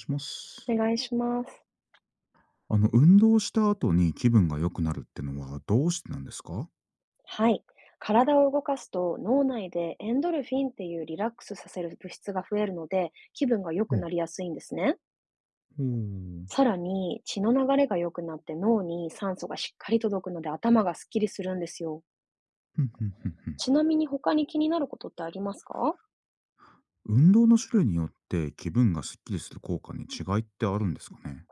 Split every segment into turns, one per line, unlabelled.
します。
お願いします。
運動した後に気分が良くなるってのはどうしてなんですか？
はい。体を動かすと脳内でエンドルフィンっていうリラックスさせる物質が増えるので気分が良
う
くな
ん。
りやすいんですね。
ほう。
さらに血の流れが良くなって脳に酸素がしっかり届くので頭がすっきりするんですよ。
ふんふんふんふん。
ちなみに他に気になることってありますか？
運動の種類によって気分がスッキリする効果に違いってあるんですかね？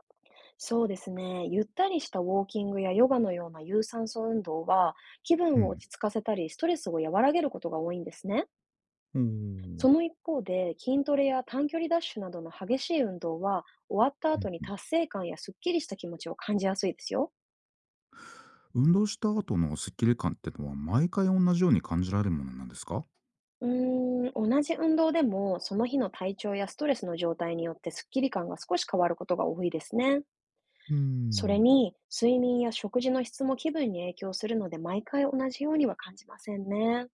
そうですね。ゆったりしたウォーキングやヨガのような有酸素運動は気
う
分を
ん。
落ち着かせたりストレスを和らげることが多いんですね。
ほう。う
そ
ん
の一方で、筋トレや短距離ダッシュなどの激しい運動は、終わった
う
後に
ん、
達成感やすっきりした気持ちを感じやすいですよ。
運動した後のスッキリ感ってのは毎回同じように感じられるものなんですか？
うーん、同じ運動でも、その日の体調やストレスの状態によってスッキリ感が少し変わることが多いですね。
うー
それ
ん。
に、睡眠や食事の質も気分に影響するので、毎回同じようには感じませんね。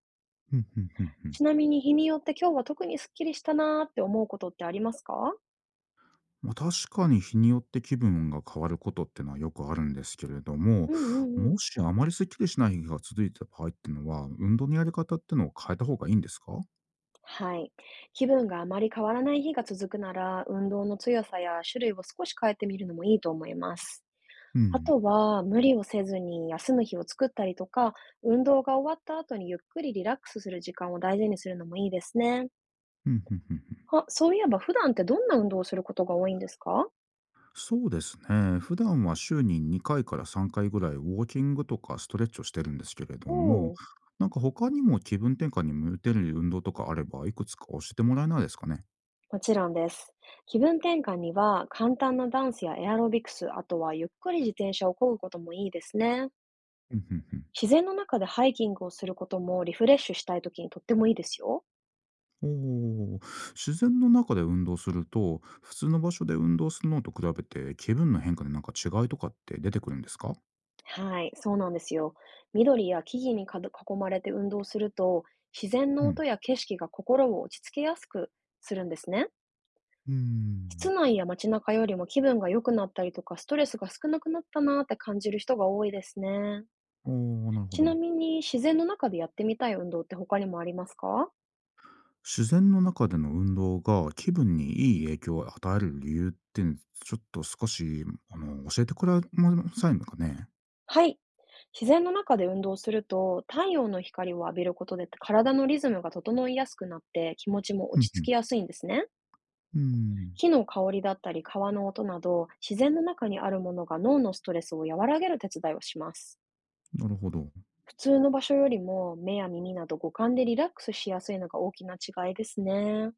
ふんふんふんふん。
ちなみに日によって今日は特にスッキリしたなーって思うことってありますか？
まあ、確かに日によって気分が変わることってのはよくあるんですけれど
う
も、
んうんう
も
ん、
しあまりスッきリしない日が続いてた場合ってのは、運動のやり方ってのを変えた方がいいんですか？
はい。気分があまり変わらない日が続くなら、運動の強さや種類を少し変えてみるのもいいと思います。
う
あ
ん。
とは、無理をせずに休む日を作ったりとか、運動が終わった後にゆっくりリラックスする時間を大事にするのもいいですね。
ふんふんふんふん。
あ、そういえば普段ってどんな運動をすることが多いんですか？
そうですね。普段は週に2回から3回ぐらいウォーキングとかストレッチをしてるんですけれど
お、
も、
お、
なんか他にも気分転換に向いてる運動とかあれば、いくつか教えてもらえないですかね？
もちろんです。気分転換には、簡単なダンスやエアロビクス、あとはゆっくり自転車を漕ぐこともいいですね。
うん、うんうん。
自然の中でハイキングをすることもリフレッシュしたいときにとってもいいですよ。
おお、自然の中で運動すると、普通の場所で運動するのと比べて気分の変化でなんか違いとかって出てくるんですか？
はい、そうなんですよ。緑や木々にかど囲まれて運動すると、自然
う
の
ん。
音や景色が心を落ち着けやすくするんですね。
うー
室
ん。
内や街中よりも気分が良くなったりとか、ストレスが少なくなったなーって感じる人が多いですね。
おお、なるほ
ちな
ど。
みに、自然の中でやってみたい運動って他にもありますか？
自然の中での運動が気分にいい影響を与える理由って、ちょっと少し、教えてくれませんかね？
はい。自然の中で運動すると、太陽の光を浴びることで体のリズムが整いやすくなって気持ちも
うん
落ち
う
着
ん。
きやすいんですね。
うーん、
木の香りだったり川の音など、自然の中にあるものが脳のストレスを和らげる手伝いをします。
なるほど。
普通の場所よりも目や耳など五感でリラックスしやすいのが大きな違いですね。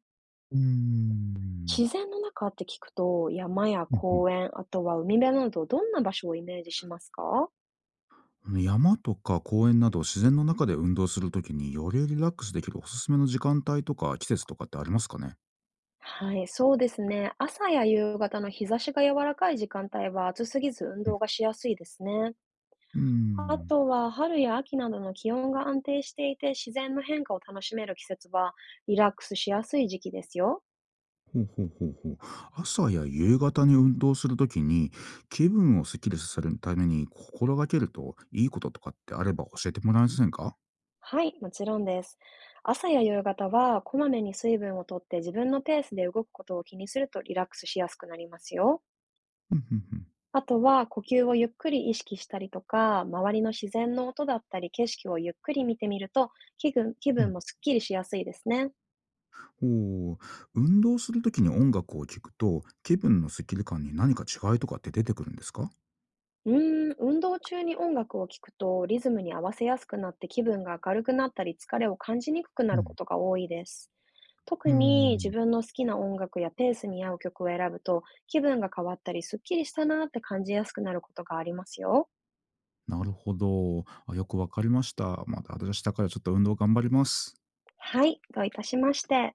うーん。
自然の中って聞くと、山や
うんうん。
公園、あとは海辺など、どんな場所をイメージしますか？
山とか公園など自然の中で運動するときによりリラックスできるおすすめの時間帯とか季節とかってありますかね？
はい、そうですね。朝や夕方の日差しが柔らかい時間帯は暑すぎず運
う
動
ん、
がしやすいですね。
うー
あ
ん。
とは春や秋などの気温が安定していて自然の変化を楽しめる季節はリラックスしやすい時期ですよ。
ほうほうほうほう。朝や夕方に運動するときに気分をスッキリさせるために心がけるといいこととかってあれば教えてもらえませんか？
はい、もちろんです。朝や夕方はこまめに水分をとって自分のペースで動くことを気にするとリラックスしやすくなりますよ。
うんうんうん。
あとは呼吸をゆっくり意識したりとか、周りの自然の音だったり景色をゆっくり見てみると、気分、気
う
分
ん
もすっきりしやすいですね。
ほう。運動するときに音楽を聴くと気分のスッキリ感に何か違いとかって出てくるんですか？
うーん、運動中に音楽を聴くとリズムに合わせやすくなって気分が明るくなったり疲れを感じにくくな
う
るこ
ん。
とが多いです。
う
特
ー
に自
ん。
分の好きな音楽やペースに合う曲を選ぶと気分が変わったりすっきりしたなーって感じやすくなることがありますよ。
なるほど。あ、よくわかりました。また明日からちょっと運動頑張ります。
はい、どういたしまして。